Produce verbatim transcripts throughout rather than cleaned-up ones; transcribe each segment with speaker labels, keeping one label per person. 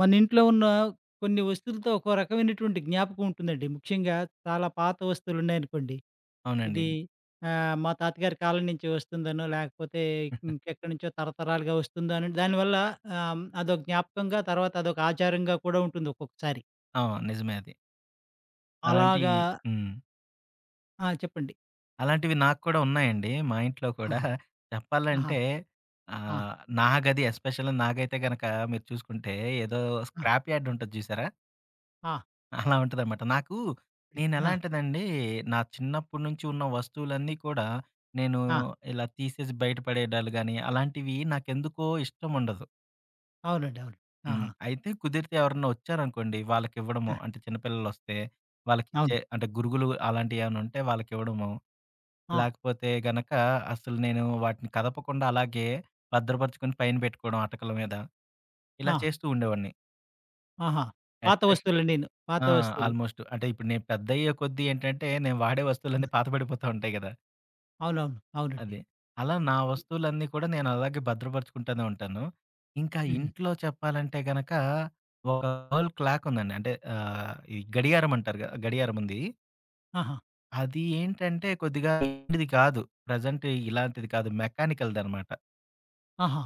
Speaker 1: మన ఇంట్లో ఉన్న కొన్ని వస్తువులతో ఒక రకమైనటువంటి జ్ఞాపకం ఉంటుందండి. ముఖ్యంగా చాలా పాత వస్తువులున్నాయనుకోండి.
Speaker 2: అవునండి.
Speaker 1: ఇది ఆహ్, మా తాతగారి కాలం నుంచి వస్తుందనో, లేకపోతే ఇంకెక్కడి నుంచో తరతరాలుగా వస్తుందో అని దానివల్ల ఆహ్, అదొక జ్ఞాపకంగా, తర్వాత అదొక ఆచారంగా కూడా ఉంటుంది ఒక్కొక్కసారి.
Speaker 2: అవును. నిజమే అది. అలాంటి
Speaker 1: అలాగా?
Speaker 2: హ్మ్.
Speaker 1: ఆ! చెప్పండి.
Speaker 2: అలాంటివి నాకు కూడా ఉన్నాయండి. మా ఇంట్లో
Speaker 1: ఆ!
Speaker 2: కూడా
Speaker 1: ఆహా!
Speaker 2: చెప్పాలంటే
Speaker 1: ఆ!
Speaker 2: ఆహ్, నా గది ఎస్పెషల్లీ నాకైతే గనక మీరు చూసుకుంటే ఏదో
Speaker 1: ఆ!
Speaker 2: స్క్రాప్ యార్డ్ ఉంటది చూసారా?
Speaker 1: ఆ!
Speaker 2: అలా ఉంటదనమాట. నాకు
Speaker 1: ఆ!
Speaker 2: నేనెలాంటిదండి నా చిన్నప్పటి నుంచి ఉన్న వస్తువులన్నీ కూడా నేను
Speaker 1: ఆ!
Speaker 2: ఇలా తీసేసి బయట పడేయడాలు గాని అలాంటివి నాకెందుకో ఇష్టముండదు.
Speaker 1: అవునండి. అవును.
Speaker 2: హ్మ్.
Speaker 1: ఆహా!
Speaker 2: అయితే కుదిరితే ఎవరన్నా వచ్చారనుకోండి, వాళ్ళకివ్వడము.
Speaker 1: ఆ!
Speaker 2: అంటే చిన్న పిల్లలొస్తే
Speaker 1: అవును.
Speaker 2: వాళ్ళకిచ్చే అంటే గురుగులు అలాంటియేమన్నా ఉంటే వాళ్ళకివ్వడము.
Speaker 1: ఆ!
Speaker 2: లేకపోతే గనక అసలు నేను వాటిని కదపకుండా అలాగే భద్రపరుచుకొని పైన పెట్టుకోవడం అటకల మీద. ఇలా
Speaker 1: ఆ!
Speaker 2: చేస్తూ ఉండేవాడిని.
Speaker 1: ఆహా! పాత
Speaker 2: ఎస్పెషల్
Speaker 1: వస్తువులండీను. పాత
Speaker 2: ఆ!
Speaker 1: వస్తువులు.
Speaker 2: ఆల్‌మోస్ట్. అంటే ఇప్పుడు నేను పెద్దయ్యే కొద్దీ ఏంటంటే, నేను వాడే
Speaker 1: హ్మ్.
Speaker 2: వస్తువులన్నీ పాతబడిపోతా ఉంటాయి గదా!
Speaker 1: అవునవును. అవునండి.
Speaker 2: అదే. అలా నా వస్తువులన్నీ కూడా నేను అలాగే భద్రపరుచుకుంటూనే ఉంటాను. ఇంకా
Speaker 1: హ్మ్.
Speaker 2: ఇంట్లో చెప్పాలంటే గనక ఒక వాల్ క్లాక్ ఉందండి. అంటే ఆహ్, ఈ గడియారం అంటారు గ గడియారం ఉంది.
Speaker 1: ఆహా!
Speaker 2: అది ఏంటంటే కొద్దిగా ఏంటిది కాదు. ప్రెజెంట్ ఇలాంటిది కాదు. మెకానికల్‌దనమాట.
Speaker 1: ఆహా!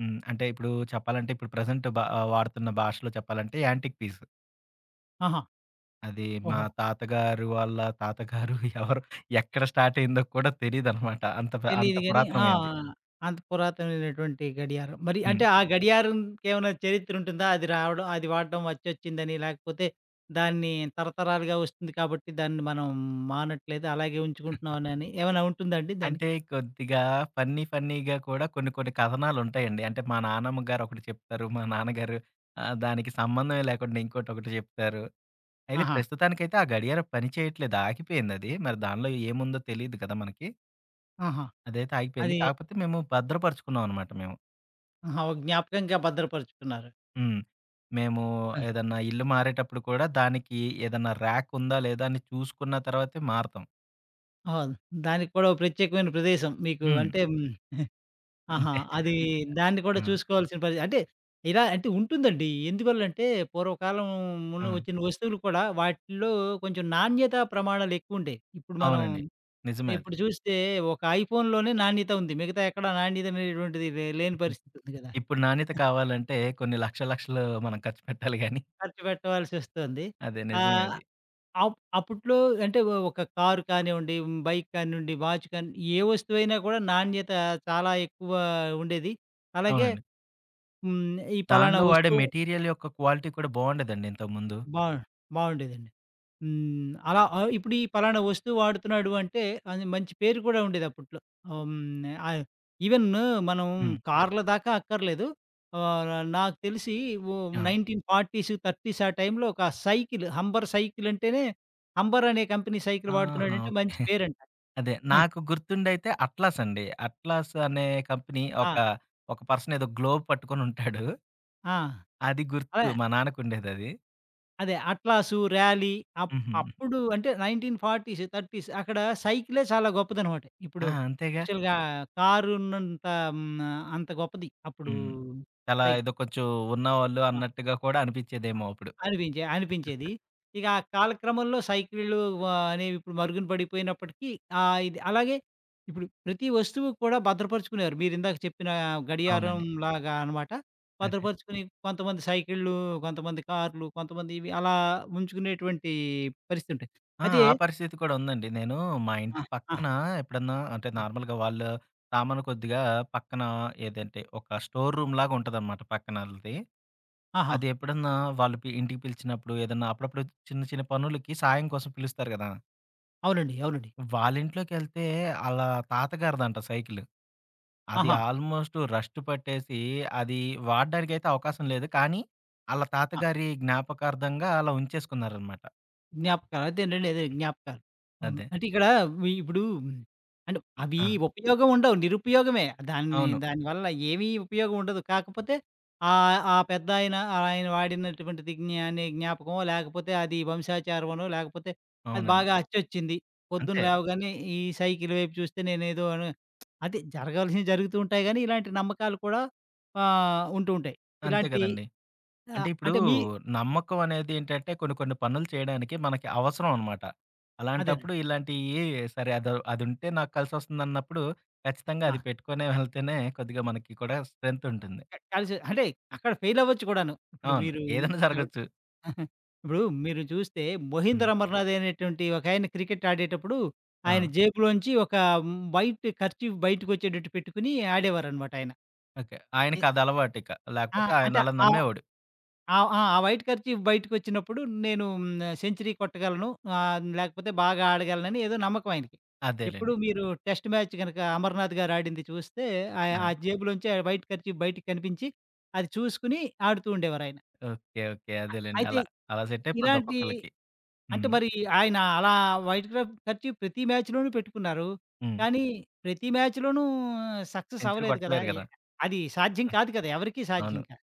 Speaker 2: హ్మ్. అంటే ఇప్పుడు చెప్పాలంటే ఇప్పుడు ప్రెజెంట్ బ ఆహ్, వాడుతున్న భాషలో చెప్పాలంటే యాంటిక్ పీస్.
Speaker 1: ఆహా!
Speaker 2: అది మా
Speaker 1: ఓహో!
Speaker 2: తాతగారు వాళ్ళ తాతగారు ఎవరు ఎక్కడ స్టార్ట్ అయిందో కూడా తెలీదనమాట. అంత ప అంత
Speaker 1: తెలీదు గాని ఆ!
Speaker 2: పురాతనమైంది.
Speaker 1: అంత పురాతనమైనటువంటి గడియారం. మరి
Speaker 2: హ్మ్.
Speaker 1: అంటే ఆ గడియారంకేమైనా చరిత్ర ఉంటుందా? అది రావడం అది వాడడం వచ్చొచ్చిందని లేకపోతే దాన్ని తరతరాలుగా వస్తుంది కాబట్టి దాన్ని మనం మానట్లేదు అలాగే ఉంచుకుంటున్నామనని ఏమైనా ఉంటుందా అండి దానికి?
Speaker 2: అంటే కొద్దిగా ఫన్నీ ఫన్నీగా కూడా కొన్ని కొన్ని కథనాలుంటాయండి. అంటే మా నానమ్మ గారు ఒకటి చెప్తారు. మా నాన్నగారు ఆహ్, దానికి సంబంధమే లేకుండా ఇంకోటొకటి చెప్తారు. అయితే
Speaker 1: ఆహా!
Speaker 2: ప్రస్తుతానికైతే ఆ గడియారం పని చేయట్లేదు. ఆగిపోయిందది. మరి దానిలో ఏముందో తెలీదు కదా మనకి.
Speaker 1: ఆహా!
Speaker 2: అదైతే ఆగిపోయింది.
Speaker 1: అది
Speaker 2: కాకపోతే మేము భద్రపరుచుకున్నాం అనమాట మేము.
Speaker 1: ఆహా! ఒక జ్ఞాపకంగా భద్రపరుచుకున్నారు.
Speaker 2: హ్మ్. మేము
Speaker 1: ఆ!
Speaker 2: ఏదన్నా ఇల్లు మారేటప్పుడు కూడా దానికి ఏదన్నా ర్యాక్ ఉందా లేదా అని చూసుకున్న తర్వాతే మారతాం.
Speaker 1: ఓహ్! దానికి కూడా ఓ ప్రత్యేకమైన ప్రదేశం మీకు
Speaker 2: హ్మ్.
Speaker 1: అంటే హ్మ్. ఆహా!
Speaker 2: అంటే
Speaker 1: అది
Speaker 2: ఈ
Speaker 1: దాన్ని కూడా
Speaker 2: ఆ!
Speaker 1: చూసుకోవాల్సిన పరిస్థితి. అంటే ఇలా అంటే ఉంటుందండి. ఎందువల్లంటే పూర్వకాలం ఉన్న
Speaker 2: ఆ!
Speaker 1: వచ్చిన వస్తువులు కూడా వాటిల్లో కొంచెం నాణ్యతా ప్రమాణాలు ఎక్కువుండేవి. ఇప్పుడు మనం
Speaker 2: అవునండి. నిజమే అది.
Speaker 1: ఇప్పుడు చూస్తే ఒక ఐఫోన్‌లోనే నాణ్యత ఉంది. మిగతా ఎక్కడ నాణ్యత అనేటువంటిది లే లేని పరిస్థితి ఉంది గదా!
Speaker 2: ఇప్పుడు నాణ్యత కావాలంటే కొన్ని లక్షల, లక్షలు మనం ఖర్చు పెట్టాలి గానీ
Speaker 1: ఖర్చు పెట్టవలసొస్తుంది.
Speaker 2: అదే నిజమే
Speaker 1: ఆహ్,
Speaker 2: అది.
Speaker 1: అప్ అప్పట్లో అంటే ఒ ఒక కారు కానివ్వండి, బైక్ కానివ్వండి, వాచ్ కానీ ఏ వస్తువైనా కూడా నాణ్యత చాలా ఎక్కువ ఉండేది. అలాగే
Speaker 2: అవునండి.
Speaker 1: హ్మ్. ఈ పలానా
Speaker 2: దానిలో వాడే
Speaker 1: వస్తువు
Speaker 2: మెటీరియల్ యొక్క క్వాలిటీ కూడా బావుండేదండి ఇంతకుముందు.
Speaker 1: బా బావుండేదండి. హ్మ్. అలా ఆహ్, ఇప్పుడు ఈ పలానా వస్తువు వాడుతున్నాడు అంటే, అది మంచి పేరు కూడా ఉండేది అప్పట్లో. ఆహ్, హ్మ్. ఆహ్, ఈవెన్ మనం
Speaker 2: హ్మ్.
Speaker 1: కార్ల దాకా అక్కర్లేదు. ఆహ్, నాకు తెలిసి ఓ
Speaker 2: ఆ!
Speaker 1: పంతొమ్మిది వందల నలభైలు, ముప్పైలు ఆ టైంలో ఒక సైకిల్, హంబర్ సైకిల్ అంటేనే హంబర్ అనే కంపెనీ సైకిల్
Speaker 2: ఆహా!
Speaker 1: వాడుతున్నాడంటే మంచి
Speaker 2: ఓకే.
Speaker 1: పేరంట.
Speaker 2: అదే
Speaker 1: ఆ!
Speaker 2: నాకు గుర్తుండైతే 'అట్లాస్' అండి. 'అట్లాస్' అనే కంపెనీ
Speaker 1: ఆ!
Speaker 2: ఒక, ఒక పర్సన్ ఏదో గ్లోబ్ పట్టుకొనుంటాడు.
Speaker 1: ఆ!
Speaker 2: అది
Speaker 1: అదే
Speaker 2: గుర్తు మా నాన్నకుండేదది.
Speaker 1: అదే అట్లాసు, ర్యాలీ అప్
Speaker 2: హుహు.
Speaker 1: అప్పుడు అంటే పంతొమ్మిది వందల నలభై, ముప్పై అక్కడ సైకిలే చాలా గొప్పదనమాట. ఇప్పుడు
Speaker 2: ఆ! అంతేగా.
Speaker 1: యాక్చువల్‌గా కారున్నంత హ్మ్, అంత గొప్పది అప్పుడు
Speaker 2: హ్మ్. చాలా
Speaker 1: సైకిల్.
Speaker 2: ఏదో కొంచెం ఉన్నవాళ్ళు అన్నట్టుగా కూడా అనిపించేదేమో అప్పుడు.
Speaker 1: అనిపించే అనిపించేది. ఇక ఆ కాలక్రమంలో సైకిళ్ళు వా అనేవి ఇప్పుడు మరుగున పడిపోయినప్పటికీ ఆహ్, ఇది అలాగే ఇప్పుడు ప్రతి వస్తువు కూడా భద్రపరుచుకునేవారు. మీరిందాక చెప్పిన
Speaker 2: అవునండి.
Speaker 1: గడియారంలాగా అన్నమాట.
Speaker 2: అదే.
Speaker 1: భద్రపరుచుకొని కొంతమంది సైకిళ్ళు, కొంతమంది కార్లు, కొంతమంది ఇవి అలా ఉంచుకునేటువంటి పరిస్థితి ఉంటుంది.
Speaker 2: ఆ!
Speaker 1: అయితే
Speaker 2: ఆ పరిస్థితి కూడా ఉందండి. నేను మా హ్మ్.
Speaker 1: ఆ!
Speaker 2: ఇంటి
Speaker 1: ఆ!
Speaker 2: పక్కన ఎప్పుడన్నా అంటే నార్మల్‌గా వాళ్ళు సామాను కొద్దిగా పక్కన ఏదంటే ఒక స్టోర్ రూమ్‌లాగా ఉంటదనమాట పక్కన ఆళ్ళది.
Speaker 1: ఆహా!
Speaker 2: అది ఎప్పుడన్నా వాళ్ళు పి ఇంటికి పిలిచినప్పుడు ఏదన్నా అప్పుడప్పుడు చిన్న చిన్న పనులకి సాయం కోసం పిలుస్తారు గదా!
Speaker 1: అవునండి. అవునండి.
Speaker 2: వాళ్ళింట్లోకెళ్తే ఆళ్ళ తాతగారిదంట సైకిలు. అది
Speaker 1: ఆహా!
Speaker 2: ఆల్మోస్ట్ రస్ట్ పట్టేసి అది వాడడానికైతే అవకాశం లేదు. కానీ ఆళ్ళ తాతగారి జ్ఞాపకార్థంగా అలా ఉంచేసుకున్నారనమాట.
Speaker 1: జ్ఞాపకాలు. అదేనండి. అదే జ్ఞాపకాలు. హ్మ్.
Speaker 2: అదే.
Speaker 1: అంటే ఇక్కడ వి ఇప్పుడు అంటే అవి
Speaker 2: ఆ!
Speaker 1: ఉపయోగం ఉండవు. నిరుపయోగమే. దాన్ని
Speaker 2: అవును.
Speaker 1: దానివల్ల ఏమీ ఉపయోగం ఉండదు. కాకపోతే ఆహ్, ఆ పెద్దాయన ఆయన ఆయన వాడినటువంటిది జ్ఞ అనే జ్ఞాపకమో, లేకపోతే అది వంశాచారమనో, లేకపోతే అది
Speaker 2: అవునండి.
Speaker 1: బాగా అచ్చొచ్చింది. పొద్దున్న
Speaker 2: అంతే.
Speaker 1: లేవగానే ఈ సైకిల్ వైపు చూస్తే నేనేదో అని అది జరగాల్సినవి జరుగుతూ ఉంటాయి గానీ, ఇలాంటి నమ్మకాలు కూడా ఆహ్, ఉంటూ ఉంటాయి.
Speaker 2: అంతే
Speaker 1: ఇలాంటి
Speaker 2: గదండీ. అంటే
Speaker 1: ఆహ్,
Speaker 2: ఇప్పుడు
Speaker 1: అంటే మీ
Speaker 2: నమ్మకం అనేది ఏంటంటే కొన్ని కొన్ని పనులు చేయడానికి మనకి అవసరం అనమాట.
Speaker 1: అదేనండి.
Speaker 2: అలాంటప్పుడు ఇలాంటియి సరే అద అదుంటే నాకు కలిసొస్తుందన్నప్పుడు ఖచ్చితంగా
Speaker 1: ఆ!
Speaker 2: అది పెట్టుకొనే వెళ్తేనే కొద్దిగా మనకి కూడా స్ట్రెంత్ ఉంటుంది.
Speaker 1: క కలిసి అంటే అక్కడ ఫెయిల్ అవ్వచ్చు కూడాను. ఇప్పుడు
Speaker 2: అవును.
Speaker 1: మీరు
Speaker 2: ఏదైనా
Speaker 1: చూడ్
Speaker 2: జరగొచ్చు.
Speaker 1: ఇప్పుడు మీరు చూస్తే 'మహీంద్ర
Speaker 2: హ్మ్.
Speaker 1: అమర్‌నాథ్' అనేటువంటి ఒకాయన క్రికెట్ ఆడేటప్పుడు,
Speaker 2: ఆ!
Speaker 1: ఆయన జేబులోంచి ఒక హ్మ్, వైట్ కర్చీఫ్ బయటకొచ్చేటట్టు పెట్టుకొని ఆడేవారనమాట ఆయన.
Speaker 2: ఓకే.
Speaker 1: ఎ
Speaker 2: ఆయనకి అది అలవాటిక.
Speaker 1: ఆ!
Speaker 2: లేకపోతే
Speaker 1: అంటే
Speaker 2: ఆయన అలా
Speaker 1: ఆహ్,
Speaker 2: నమ్మేవాడు.
Speaker 1: ఆ! ఆ! ఆ వైట్ కర్చీఫ్ బయటకొచ్చినప్పుడు నేను హ్మ్, సెంచరీ కొట్టగలను ఆహ్, లేకపోతే బాగా ఆడగలనని ఏదో నమ్మకం ఆయనకి. ఎప్పుడు
Speaker 2: అదేలెండి.
Speaker 1: మీరు టెస్ట్ మ్యాచ్ గనక అమర్‌నాథ్ గారు ఆడింది చూస్తే, ఆహ్,
Speaker 2: ఆ!
Speaker 1: ఆ జేబులోంచి ఆ వైట్ కర్చీఫ్ బయటికి కనిపించి, అది చూసుకొని ఆడుతూ ఉండేవారాయన.
Speaker 2: ఓకే. ఓకే. అదేలెండి.
Speaker 1: అయితే
Speaker 2: అలా అలా సెట్ అయిపోద్ది
Speaker 1: ఇలాంటి
Speaker 2: ఒక్కొక్కళ్ళకి.
Speaker 1: అంటే
Speaker 2: హ్మ్.
Speaker 1: మరి ఆయన అలా వైట్ కలర్ కర్చీఫ్ ప్రతి మ్యాచ్‌లోనూ పెట్టుకున్నారు.
Speaker 2: హ్మ్.
Speaker 1: కానీ ప్రతి మ్యాచ్‌లోనూ సక్సెస్
Speaker 2: సెంచరీ
Speaker 1: అవ్వలేదు కదా!
Speaker 2: కొట్టలేరు
Speaker 1: ఎ
Speaker 2: గదా!
Speaker 1: అది సాధ్యం
Speaker 2: ఆ!
Speaker 1: కాదు కదా! ఎవరికీ
Speaker 2: అవును.
Speaker 1: సాధ్యం కాదు.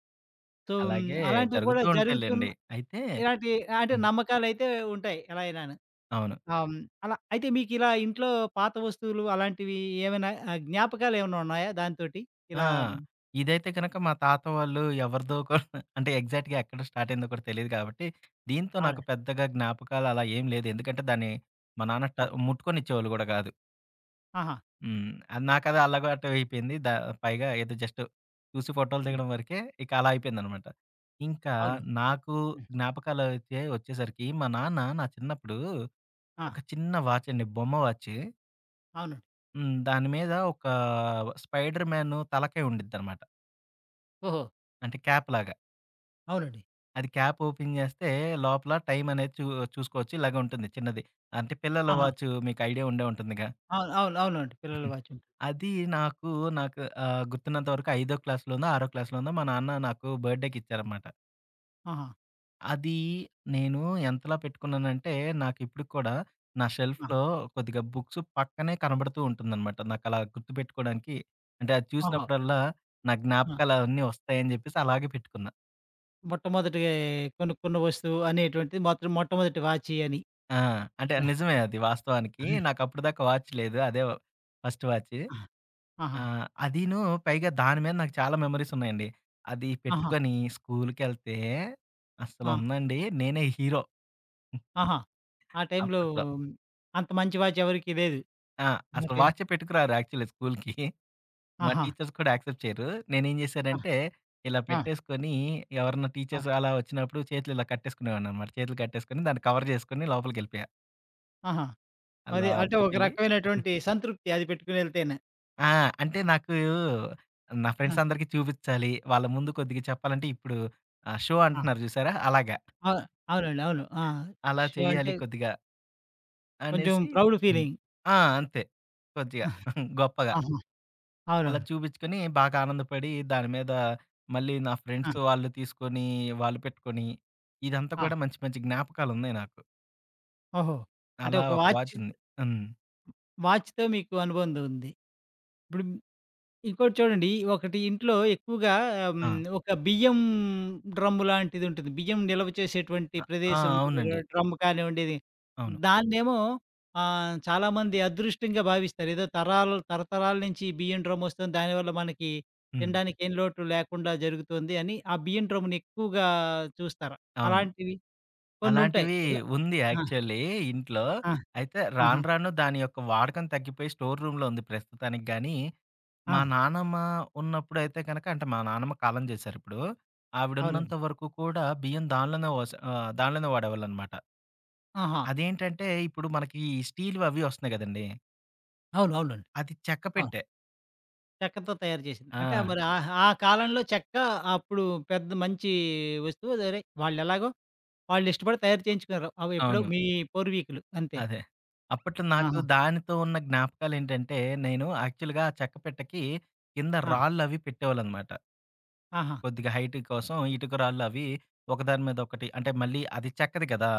Speaker 1: సో, హ్మ్,
Speaker 2: అలాగే
Speaker 1: అలాంటివి కూడా
Speaker 2: జరుగుతూ
Speaker 1: జరుగుతున్న
Speaker 2: ఉంటాయిలెండి. అయితే
Speaker 1: ఇలాంటి అంటే
Speaker 2: హ్మ్.
Speaker 1: నమ్మకాలైతే ఉంటాయి ఎలా అయినాను.
Speaker 2: అవును.
Speaker 1: ఆహ్, హ్మ్, అలా అయితే మీకిలా ఇంట్లో పాత వస్తువులు అలాంటివి ఏమైనా ఆహ్, జ్ఞాపకాలేమైనా ఉన్నాయా దానితోటి?
Speaker 2: ఆ!
Speaker 1: ఇలా మ్,
Speaker 2: ఇదైతే గనక మా తాత వాళ్ళు ఎవరిదో కూడా అంటే ఎగ్జాక్ట్‌గా ఎక్కడ స్టార్ట్ అయిందో కూడా తెలీదు కాబట్టి, దీంతో నాకు
Speaker 1: అవును.
Speaker 2: పెద్దగా జ్ఞాపకాలు అలా ఏం లేదు. ఎందుకంటే దాన్ని మా నాన్న ట
Speaker 1: ఆ!
Speaker 2: ముట్టుకొనిచ్చేవాళ్ళు గూడా గాదు.
Speaker 1: ఆహా!
Speaker 2: హ్మ్. అది నాకది అలవాటు అయిపోయింది. ద పైగా ఏదో జస్ట్ చూసి ఫోటోలు
Speaker 1: హ్మ్.
Speaker 2: దిగడం వరకే ఇక అలా అయిపోయిందనమాట. ఇంకా
Speaker 1: అవునండి.
Speaker 2: నాకు
Speaker 1: హ్మ్.
Speaker 2: జ్ఞాపకాలయితే వచ్చేసరికి మా నాన్న నా చిన్నప్పుడు
Speaker 1: ఆ!
Speaker 2: ఒక చిన్న వాచ్ అండి. బొమ్మ వాచ్.
Speaker 1: అవునండి.
Speaker 2: హ్మ్. దాని మీద ఒక 'స్పైడర్ మ్యాన్' తలకాయ ఉండిద్దనమాట.
Speaker 1: ఓహో!
Speaker 2: అంటే క్యాప్‌లాగా.
Speaker 1: అవునండి.
Speaker 2: అది క్యాప్ ఓపెన్ జేస్తే లోపల టైం అనేది చూ చూసుకోవచ్చు. ఇలాగే ఉంటుంది చిన్నది. అంటే పిల్లల
Speaker 1: ఆహా!
Speaker 2: వాచు మీకు ఐడియా ఉండే ఉంటుందిగా.
Speaker 1: అవును. అవును. అవునండి. పిల్లల వాచ్ ఉంటుంది.
Speaker 2: అది నాకు నాకు ఆహ్, గుర్తున్నంత వరకు ఐదో క్లాస్‌లోనో, ఆరో క్లాస్‌లోనో మా నాన్న నాకు బర్త్‌డేకి ఇచ్చారనమాట.
Speaker 1: ఆహా!
Speaker 2: అది నేను ఎంతలా పెట్టుకున్నానంటే నాకిప్పటికి కూడా నా
Speaker 1: ఆ!
Speaker 2: షెల్ఫ్‌లో కొద్దిగా బుక్స్ పక్కనే కనబడుతూ ఉంటుందనమాట. నాకలా గుర్తుపెట్టుకోవడానికి అంటే అది
Speaker 1: ఓహో!
Speaker 2: చూసినప్పుడల్లా నా
Speaker 1: ఆ!
Speaker 2: జ్ఞాపకాలవన్నీ వస్తాయని జెప్పేసి అలాగే పెట్టుకున్నా.
Speaker 1: మొట్టమొదటిగా కొనుక్కున్న వస్తువు అనేటువంటిది మాత్రం మొట్టమొదటి వాచి అని.
Speaker 2: ఆ! అంటే
Speaker 1: ఆ!
Speaker 2: నిజమే అది వాస్తవానికి. నాకప్పటిదాకా వాచ్ లేదు. అదే ఫస్ట్ వాచ్.
Speaker 1: ఆ! ఆహా!
Speaker 2: ఆ! అదీను పైగా దాని మీద నాకు చాలా మెమోరీస్ ఉన్నాయండి. అది
Speaker 1: ఆహా!
Speaker 2: పెట్టుకొని స్కూలుకెళ్తే అసలు
Speaker 1: ఆ!
Speaker 2: ఉందండి నేనే హీరో
Speaker 1: ఆహా! ఆ టైంలో
Speaker 2: అప్పట్లో.
Speaker 1: అంత మంచి వాచ్ ఎవరికీ లేదు.
Speaker 2: ఆ! అసలు
Speaker 1: అంటే
Speaker 2: వాచే పెట్టుకురారు యాక్చువల్లీ స్కూలుకి. మా
Speaker 1: ఆహా!
Speaker 2: టీచర్స్ కూడా యాక్సెప్ట్ చేయరు. నేనేం
Speaker 1: ఆ!
Speaker 2: చేశానంటే ఇలా
Speaker 1: ఆ!
Speaker 2: పెట్టేసుకొని ఎవరన్నా
Speaker 1: ఆ!
Speaker 2: టీచర్స్ అలా వచ్చినప్పుడు చేతులు ఇలా కట్టేసుకునేవాడిననమాట. చేతులు కట్టేసుకొని దాన్ని కవర్ చేసుకొని లోపలికెళ్ళిపోయా.
Speaker 1: ఆహా!
Speaker 2: ఆ
Speaker 1: అది అంటే ఒక
Speaker 2: లోపలికెళ్ళి
Speaker 1: రకమైనటువంటి సంతృప్తి అది పెట్టుకొనెళ్తేనే.
Speaker 2: ఆ! అంటే నాకు నా ఫ్రెండ్స్
Speaker 1: ఆ!
Speaker 2: అందరికి చూపిచ్చాలి. వాళ్ళ ముందు కొద్దిగా చెప్పాలంటే ఇప్పుడు ఆహ్, షో
Speaker 1: ఆ!
Speaker 2: అంటున్నారు చూసారా? అలాగా.
Speaker 1: అ అవునండి. అవును. ఆ!
Speaker 2: అలా
Speaker 1: సో,
Speaker 2: చేయాలి
Speaker 1: అంటే
Speaker 2: కొద్దిగా
Speaker 1: కొంచెం
Speaker 2: అనేసి
Speaker 1: ప్రౌడ్
Speaker 2: హ్మ్.
Speaker 1: ఫీలింగ్.
Speaker 2: ఆ! అంతే. కొద్దిగా
Speaker 1: ఆహా!
Speaker 2: గొప్పగా.
Speaker 1: అవునవును.
Speaker 2: అలా చూపిచ్చుకొని బాగా ఆనందపడి దాని మీద మళ్ళీ నా
Speaker 1: ఆ!
Speaker 2: ఫ్రెండ్స్ వాళ్ళు తీసుకొని, వాళ్ళు పెట్టుకొని ఇదంతా
Speaker 1: ఆ!
Speaker 2: కూడా మంచి మంచి జ్ఞాపకాలున్నాయి నాకు.
Speaker 1: ఓహో! అంటే
Speaker 2: అలా
Speaker 1: ఒక
Speaker 2: ఒక
Speaker 1: వాచ్
Speaker 2: వాచ్ ఉంది. హ్మ్.
Speaker 1: వాచ్‌తో మీకు అనుబంధం ఉంది. ఇప్పుడు ఇంకోటి చూడండి, ఒకటి ఇంట్లో ఎక్కువగా హ్మ్,
Speaker 2: ఆ!
Speaker 1: ఒక బియ్యం డ్రమ్ము లాంటిది ఉంటుంది. బియ్యం నిల్వ చేసేటువంటి
Speaker 2: ఆ!
Speaker 1: ప్రదేశం ఉంటుంది కదా!
Speaker 2: అవునండి.
Speaker 1: డ్రమ్ కానివ్వండి ఇది.
Speaker 2: అవును.
Speaker 1: దాన్నేమో ఆహ్, చాలామంది అదృష్టంగా భావిస్తారు. ఏదో తరాలు తరతరాల నుంచి ఈ బియ్యం డ్రమ్ వస్తుంది. దానివల్ల మనకి
Speaker 2: హ్మ్.
Speaker 1: తినడానికి ఏం లోటు లేకుండా జరుగుతుంది అని ఆ బియ్యం డ్రమ్‌ని ఎక్కువగా చూస్తారు.
Speaker 2: అవును.
Speaker 1: అలాంటివి కొన్ని ఉంటాయి.
Speaker 2: అలాంటివి
Speaker 1: ఒక
Speaker 2: ఉంది
Speaker 1: ఆ!
Speaker 2: యాక్చువల్లీ ఇంట్లో.
Speaker 1: ఆ!
Speaker 2: అయితే
Speaker 1: ఆహా!
Speaker 2: రాను రాను దాని యొక్క వాడకం తగ్గిపోయి స్టోర్ రూమ్‌లో ఉంది ప్రస్తుతానికి గానీ,
Speaker 1: ఆ!
Speaker 2: మా నానమ్మ ఉన్నప్పుడైతే గనక అంటే మా నానమ్మ కాలం చేశారిప్పుడు. ఆవిడున్నంత
Speaker 1: అవునండి.
Speaker 2: వరకు కూడా బియ్యం దానిలోనే వోస ఆహ్, దానిలోనే వాడేవాళ్ళనమాట.
Speaker 1: ఆహా!
Speaker 2: అదేంటంటే ఇప్పుడు మనకి ఈ స్టీల్‌వి అవి వస్తున్నాయి గదండీ!
Speaker 1: అవును. అవునండి.
Speaker 2: అది చెక్క
Speaker 1: అవును.
Speaker 2: పెట్టె.
Speaker 1: చెక్కతో తయారు చేసింది. అంటే ఆహ్,
Speaker 2: ఆ!
Speaker 1: మరి ఆ ఆ కాలంలో చెక్క అప్పుడు పెద్ద మంచి వస్తువు. సరే వాళ్ళెలాగో వాళ్ళిష్టపడి తయారు చేయించుకున్నారు. అవి ఎప్పుడో
Speaker 2: అవును.
Speaker 1: మీ పూర్వీకులు అంతే.
Speaker 2: అదే. అప్పట్లో నాకు
Speaker 1: ఆహా!
Speaker 2: దానితో ఉన్న జ్ఞాపకాలేంటంటే, నేను యాక్చువల్‌గా ఆ చెక్క పెట్టెకి కింద
Speaker 1: ఆ!
Speaker 2: రాళ్ళవి పెట్టేవాళ్ళనమాట.
Speaker 1: ఆహా!
Speaker 2: కొద్దిగా హైట్ కోసం ఇటుకరాళ్ళు అవి ఒకదాని మీద ఒకటి అంటే మళ్ళీ అది చెక్కది కదా!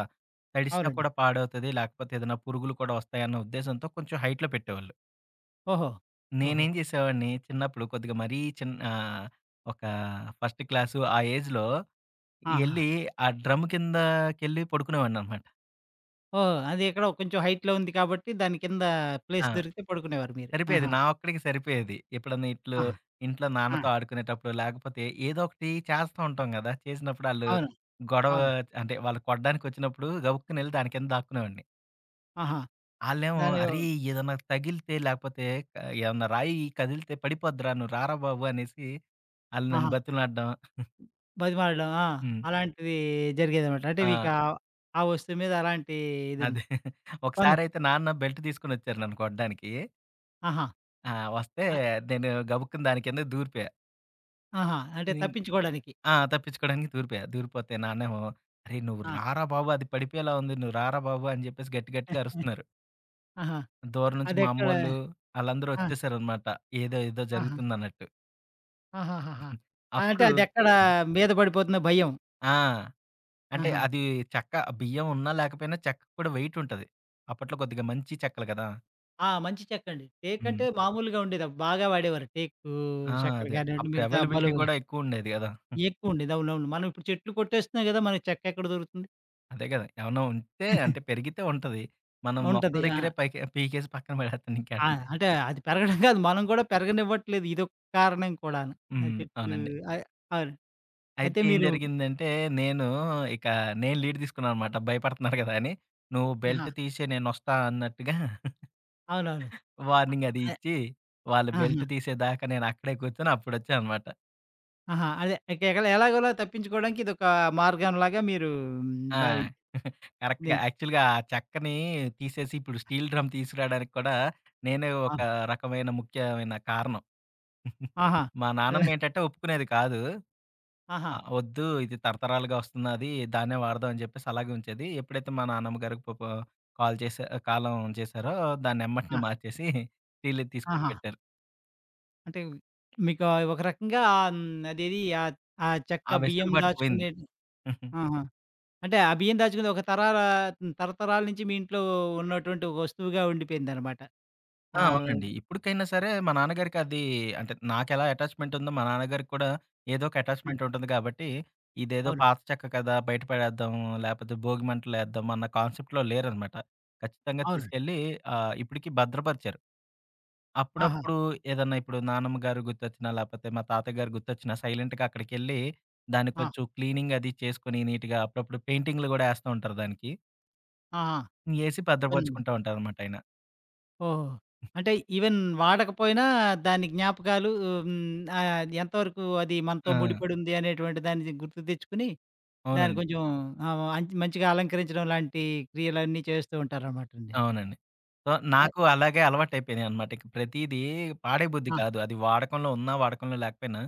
Speaker 2: తడిసినా
Speaker 1: అవునండి.
Speaker 2: కూడా పాడవుతది. లేకపోతే ఏదైనా పురుగులు కూడా వస్తాయన్న ఉద్దేశంతో కొంచెం హైట్‌లో పెట్టేవాళ్ళు.
Speaker 1: ఓహో! ఓహో!
Speaker 2: నేనేం చేసేవాడిని చిన్నప్పుడు కొద్దిగా మరీ చిన్న ఆహ్, ఒక ఫస్ట్ క్లాసు ఆ ఏజ్‌లో
Speaker 1: ఆహా!
Speaker 2: ఎళ్లి ఆ డ్రమ్ కిందకెళ్ళి పడుకునేవాడిననమాట.
Speaker 1: ఓహ్! అది ఎక్కడో కొంచెం హైట్‌లో ఉంది కాబట్టి దాని కింద ప్లేస్
Speaker 2: ఆ!
Speaker 1: దొరికితే పడుకునేవారు మీరు.
Speaker 2: సరిపోయేది.
Speaker 1: ఆహా!
Speaker 2: నా ఒక్కడికి సరిపోయేది. ఎప్పుడన్నా ఇట్లు
Speaker 1: ఆహా!
Speaker 2: ఇంట్లో
Speaker 1: ఆ!
Speaker 2: నాన్నతో ఆడుకునేటప్పుడు, లేకపోతే ఏదో ఒకటి చేస్తా ఉంటాం గదా! చేసినప్పుడు ఆళ్ళు
Speaker 1: అవును.
Speaker 2: గొడవ
Speaker 1: అవును.
Speaker 2: అంటే వాళ్ళు కొట్టడానికొచ్చినప్పుడు గబుక్కునెళ్లి దాని కింద దాక్కునేవాడిని.
Speaker 1: ఆహా!
Speaker 2: ఆళ్ళేమో
Speaker 1: దాని
Speaker 2: "అరేయ్! ఏదన్నా తగిలితే లేకపోతే క ఏమన్నా రాయి కదిలితే పడిపోద్దిరా నువ్వు రారా బాబు" అనేసి ఆళ్ళు నన్ను
Speaker 1: ఆహా!
Speaker 2: బతిమలాడడం.
Speaker 1: బతిమాలడం. ఆ!
Speaker 2: హ్మ్.
Speaker 1: అలాంటిది జరిగేదనమాట. అంటే
Speaker 2: ఆ!
Speaker 1: మీకా ఆ ఆ వస్తువు మీద అలాంటి ఇదుంది.
Speaker 2: అదే.
Speaker 1: కొంద
Speaker 2: ఒకసారయితే నాన్న బెల్ట్ తీసుకొనొచ్చారు నన్ను కొట్టడానికి.
Speaker 1: ఆహా!
Speaker 2: ఆ! వస్తే
Speaker 1: ఆ!
Speaker 2: నేను గబుక్కున దాని కింద దూరిపోయా.
Speaker 1: ఆహా! అంటే తప్పించుకోడానికి.
Speaker 2: ఆ! తప్పించుకోవడానికి దూరిపోయా. దూరిపోతే నాన్నేమో, "అరేయ్! నువ్వు
Speaker 1: ఆ!
Speaker 2: రారా బాబు! అది పడిపోయేలా ఉంది. నువ్వు రారా బాబు!" అని జెప్పేసి గట్టి గట్టిగా అరుస్తున్నారు.
Speaker 1: ఆహా!
Speaker 2: దూరం నుంచి మా
Speaker 1: అదెక్కడ
Speaker 2: అమ్మోళ్ళు ఆళ్ళందరూ
Speaker 1: ఆ!
Speaker 2: వచ్చేసారనమాట. ఏదో ఏదో
Speaker 1: ఆహా!
Speaker 2: జరుగుతుందన్నట్టు.
Speaker 1: ఆహాహాహా! అంటే
Speaker 2: అప్పుడు
Speaker 1: అదెక్కడ
Speaker 2: హ్మ్.
Speaker 1: మీద పడిపోతుందో భయం.
Speaker 2: ఆ! అంటే
Speaker 1: ఆహా!
Speaker 2: అది చెక్క బియ్యం ఉన్నా లేకపోయినా చెక్కకి కూడా వెయిట్ ఉంటది. అప్పట్లో కొద్దిగా మంచి చెక్కలు గదా!
Speaker 1: ఆ! మంచి చెక్కండి. టేక్
Speaker 2: హ్మ్.
Speaker 1: అంటే మామూలుగా ఉండేది. బాగా వాడేవారు. టేకు,
Speaker 2: ఆ!
Speaker 1: చక్కెర
Speaker 2: అదే.
Speaker 1: కానివ్వండి,
Speaker 2: అప్పుడు
Speaker 1: మిగతా
Speaker 2: అవైలబిలిటీ
Speaker 1: బలువు
Speaker 2: కూడా ఎక్కువుండేది గదా!
Speaker 1: ఎక్కువుండేది. అవునవును. మనం ఇప్పుడు చెట్లు కొట్టేస్తున్నాం గదా! మనకి చెక్క ఎక్కడ దొరుకుతుంది?
Speaker 2: అదే గదా! ఏమన్నా ఉంటే అంటే పెరిగితే ఉంటది. మనం మొక్కల
Speaker 1: ఉంటది. ఆ!
Speaker 2: దగ్గరే పైకి పీకేసి పక్కన పడేత్తాం
Speaker 1: ఆ!
Speaker 2: ఇంకేడుంటాయి.
Speaker 1: అంటే అది పెరగడం కాదు. మనం కూడా పెరగనివ్వట్లేదు. ఇదొక కారణం కూడాను. ఆ
Speaker 2: హ్మ్.
Speaker 1: చెట్లు
Speaker 2: అవునండి.
Speaker 1: అయ్ అవును.
Speaker 2: అయితే
Speaker 1: అయితే
Speaker 2: ఏం
Speaker 1: మీరు
Speaker 2: జరిగిందంటే, నేను ఇక నేను లీడ్ తీసుకున్నాననమాట. భయపడుతున్నారు కదా అని. "నువ్వు
Speaker 1: ఆహా!
Speaker 2: బెల్ట్ తీసేయి నేనొస్తా" అన్నట్టుగా
Speaker 1: అవునవును. అ
Speaker 2: వార్నింగ్ అది
Speaker 1: అ
Speaker 2: ఇచ్చి, వాళ్ళు బెల్ట్
Speaker 1: ఆహా!
Speaker 2: తీసేదాకా నేనక్కడే కూర్చొని అప్పుడొచ్చాననమాట.
Speaker 1: ఆహా! అదే ఎగల ఎలాగోలా తప్పించుకోవడానికి ఇదొక మార్గంలాగా మీరు
Speaker 2: ఆ!
Speaker 1: భావించి
Speaker 2: కరెక్ట్‌గా యాక్చువల్‌గా ఆ చెక్కని తీసేసి ఇప్పుడు స్టీల్ డ్రమ్ తీసుకురాడానికి కూడా నేనే
Speaker 1: ఆ!
Speaker 2: ఒక రకమైన ముఖ్యమైన కారణం.
Speaker 1: ఆహా!
Speaker 2: మా నానమ్మ ఏంటంటే ఒప్పుకునేది కాదు.
Speaker 1: ఆహా!
Speaker 2: ఆ! వద్దు. ఇది తరతరాలుగా వస్తున్నది. దాన్నే వాడదాం అని చెప్పేసి అలాగే ఉంచేది. ఎప్పుడైతే మా నాన్నమ్మ గారికి పాపం కాల్ చేసా కాలం చేశారో దాన్నెమ్మటనే
Speaker 1: ఆ!
Speaker 2: మార్చేసి స్టీల్‌ది తీసుకొచ్చి
Speaker 1: ఆహా!
Speaker 2: పెట్టారు.
Speaker 1: అంటే మీకు ఒక రకంగా ఆహ్, హ్మ్, అదేది ఆహ్, ఆ చెక్క
Speaker 2: ఆ
Speaker 1: బియ్యం
Speaker 2: వెసులుబాటు పోయింది.
Speaker 1: దాచుకునే ఆహా! అంటే ఆ బియ్యం దాచుకునేది ఒక తరాల తరతరాల నుంచి మీ ఇంట్లో ఉన్నటువంటి ఒక వస్తువుగా ఉండిపోయిందనమాట.
Speaker 2: ఆ!
Speaker 1: ఆ!
Speaker 2: అవునండి. ఇప్పటికైనా సరే మా నాన్నగారికి అది అంటే నాకెలా అటాచ్‌మెంట్ ఉందో మా నాన్నగారికి కూడా ఏదో ఒక
Speaker 1: హ్మ్.
Speaker 2: అటాచ్‌మెంట్ ఉంటుంది కాబట్టి ఇదేదో
Speaker 1: అవునండి.
Speaker 2: పాత చెక్క కదా! బయట పడేద్దాం లేకపోతే భోగి మంటలేద్దాం అన్న కాన్సెప్ట్‌లో లేరనమాట. ఖచ్చితంగా
Speaker 1: అవునండి.
Speaker 2: తీసుకెళ్ళి ఆహ్, ఇప్పటికి భద్రపరిచారు.
Speaker 1: ఆహా!
Speaker 2: అప్పుడప్పుడు ఏదన్నా ఇప్పుడు నానమ్మ గారు గుర్తొచ్చినా, లేపోతే మా తాతయ్య గారు గుర్తొచ్చినా సైలెంట్‌గా అక్కడికెళ్ళి, దాన్ని
Speaker 1: ఆ!
Speaker 2: కొంచెం క్లీనింగ్ అది చేసుకొని నీట్‌గా అప్పుడప్పుడు పెయింటింగ్‌లు గూడా ఏస్తా ఉంటారు దానికి.
Speaker 1: ఆహా!
Speaker 2: ఏసి
Speaker 1: ఇవన్
Speaker 2: భద్రపరుచుకుంటా ఉంటారనమాట ఆయన.
Speaker 1: ఓహో! అంటే ఈవెన్ వాడకపోయినా దాని జ్ఞాపకాలు హ్మ్. ఆహ్, ఎంతవరకు అది మనతో
Speaker 2: ఆ!
Speaker 1: ముడిపడుంది అనేటువంటి దాన్ని గుర్తు తెచ్చుకొని, దాన్ని
Speaker 2: అవునండి.
Speaker 1: కొంచెం ఆహ్, అంచ్ మంచిగా అలంకరించడం లాంటి క్రియలన్నీ చేస్తూ ఉంటారనమాట అండి.
Speaker 2: అవునండి. సో,
Speaker 1: అయ్
Speaker 2: నాకు అలాగే అలవాటయిపోయినియనమాట. ఇక ప్రతీదీ పాడేయబుద్ధి
Speaker 1: ఆ!
Speaker 2: కాదు. అది వాడకంలో ఉన్నా, వాడకంలో లేకపోయినా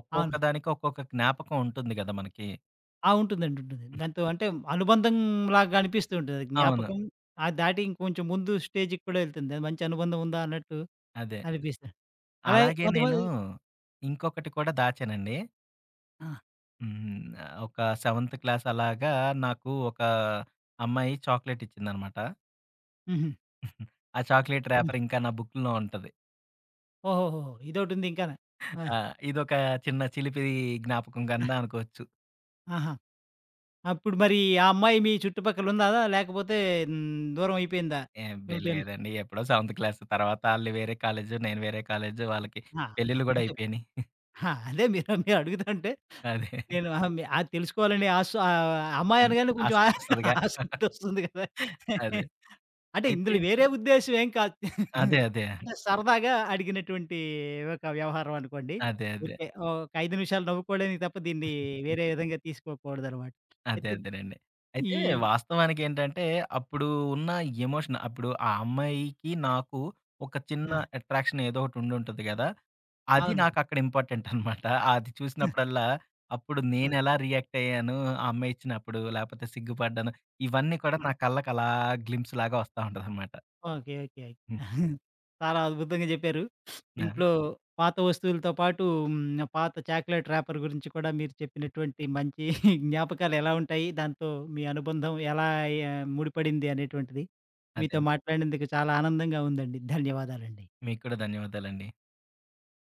Speaker 2: ఒక్కొక్క
Speaker 1: అవును.
Speaker 2: దానికి ఒక్కొక్క జ్ఞాపకం ఉంటుంది గదా మనకి.
Speaker 1: ఆ! ఉంటుందండి. ఉంటుంది. దాంతో అంటే అనుబంధం లాగా అనిపిస్తూ ఉంటది.
Speaker 2: అవును.
Speaker 1: జ్ఞాపకం అది దాటి ఇంకొంచెం ముందు స్టేజ్‌కి కూడా వెళ్తుంది. అది మంచి అనుబంధం ఉందా అన్నట్టు
Speaker 2: అదే.
Speaker 1: అనిపిస్తది. అలాగే
Speaker 2: అలాగే నేను
Speaker 1: కొంతమంది
Speaker 2: ఇంకొకటి కూడా దాచానండి.
Speaker 1: ఆ!
Speaker 2: హ్మ్. ఒక సెవెంత్ క్లాస్ అలాగా నాకు ఒక అమ్మాయి చాక్లేట్ ఇచ్చిందనమాట.
Speaker 1: హుహు.
Speaker 2: ఆ చాక్లేట్
Speaker 1: హ్మ్.
Speaker 2: ర్యాపర్ ఇంకా నా బుక్‌లో ఉంటది.
Speaker 1: ఓహోహోహో! ఇదొకటుంది ఇంకాను. ఆ!
Speaker 2: ఆ! ఇదొక చిన్న చిలిపి జ్ఞాపకం
Speaker 1: ఆ!
Speaker 2: కింద అనుకోవచ్చు.
Speaker 1: ఆహా! అప్పుడు మరి ఆ అమ్మాయి మీ చుట్టుపక్కల ఉందా? లేకపోతే హ్మ్, దూరం అయిపోయిందా?
Speaker 2: అబ్బే!
Speaker 1: ఏమిటని
Speaker 2: లేదండి ఎప్పుడో సెవెంత్ క్లాస్. తర్వాత ఆళ్ళు వేరే కాలేజు, నేను వేరే కాలేజు. వాళ్ళకి
Speaker 1: ఆ! ఆ!
Speaker 2: పెళ్ళిళ్ళు గూడా
Speaker 1: అంటే
Speaker 2: అయిపోయినాయి.
Speaker 1: ఆ! అదే మీరు మీరు అడుగుతుంటే
Speaker 2: అదే.
Speaker 1: నేను ఆహా! మీ అది తెలుసుకోవాలని ఆసు ఆహ్, అమ్మాయి
Speaker 2: హ్మ్.
Speaker 1: అనగానే కొంచెం ఆ
Speaker 2: ఆసక్తొస్తదిగా.
Speaker 1: ఆసక్తొస్తుంది కదా!
Speaker 2: అదే.
Speaker 1: అంటే
Speaker 2: అయితే
Speaker 1: ఇందులో
Speaker 2: ఏంటి-
Speaker 1: వేరే ఉద్దేశ్యం ఏం కాదు.
Speaker 2: అదే. అదే.
Speaker 1: అంటే సరదాగా అడిగినటువంటి ఒక వ్యవహారం అనుకోండి.
Speaker 2: అదే. అదే.
Speaker 1: ఊరికే ఒక ఐదు నిమిషాలు నవ్వుకోవడానికి తప్ప దీన్ని వేరే విధంగా తీసుకోకూడదనమాట.
Speaker 2: అదే
Speaker 1: అయితే
Speaker 2: అదేనండి.
Speaker 1: ఈ
Speaker 2: అయితే వాస్తవానికేంటంటే, అప్పుడు ఉన్న ఎమోషన్ అప్పుడు ఆ అమ్మాయికి, నాకు ఒక చిన్న
Speaker 1: ఆ!
Speaker 2: అట్రాక్షన్ ఏదో ఒకటి ఉండుంటది గదా! అది
Speaker 1: అవును.
Speaker 2: నాకక్కడ ఇంపార్టెంట్ అనమాట. అది
Speaker 1: ఆ!
Speaker 2: చూసినప్పుడల్లా, అప్పుడు
Speaker 1: ఆ!
Speaker 2: నేనెలా రియాక్ట్ అయ్యాను, ఆ అమ్మాయి ఇచ్చినప్పుడు, లేపోతే సిగ్గుపడ్డాను, ఇవన్నీ కూడా నా కళ్ళకి అలా గ్లింప్స్ లాగా వస్తా ఉంటదనమాట.
Speaker 1: ఓకే. ఓకే.
Speaker 2: హ్మ్.
Speaker 1: చాలా అద్భుతంగా చెప్పారు.
Speaker 2: ఆ!
Speaker 1: ఇంట్లో పాత వస్తువులతో పాటు హ్మ్. పాత చాక్లెట్ ర్యాపర్ గురించి కూడా మీరు చెప్పినటువంటి మంచి జ్ఞాపకాలు ఎలా ఉంటాయి? దాంతో మీ అనుబంధం ఎలా ఆహ్, ముడిపడింది అనేటువంటిది
Speaker 2: అదే
Speaker 1: మీతో
Speaker 2: అండి.
Speaker 1: మాట్లాడినందుకు చాలా ఆనందంగా ఉందండి. ధన్యవాదాలండి.
Speaker 2: మీకు కూడా ధన్యవాదాలండి.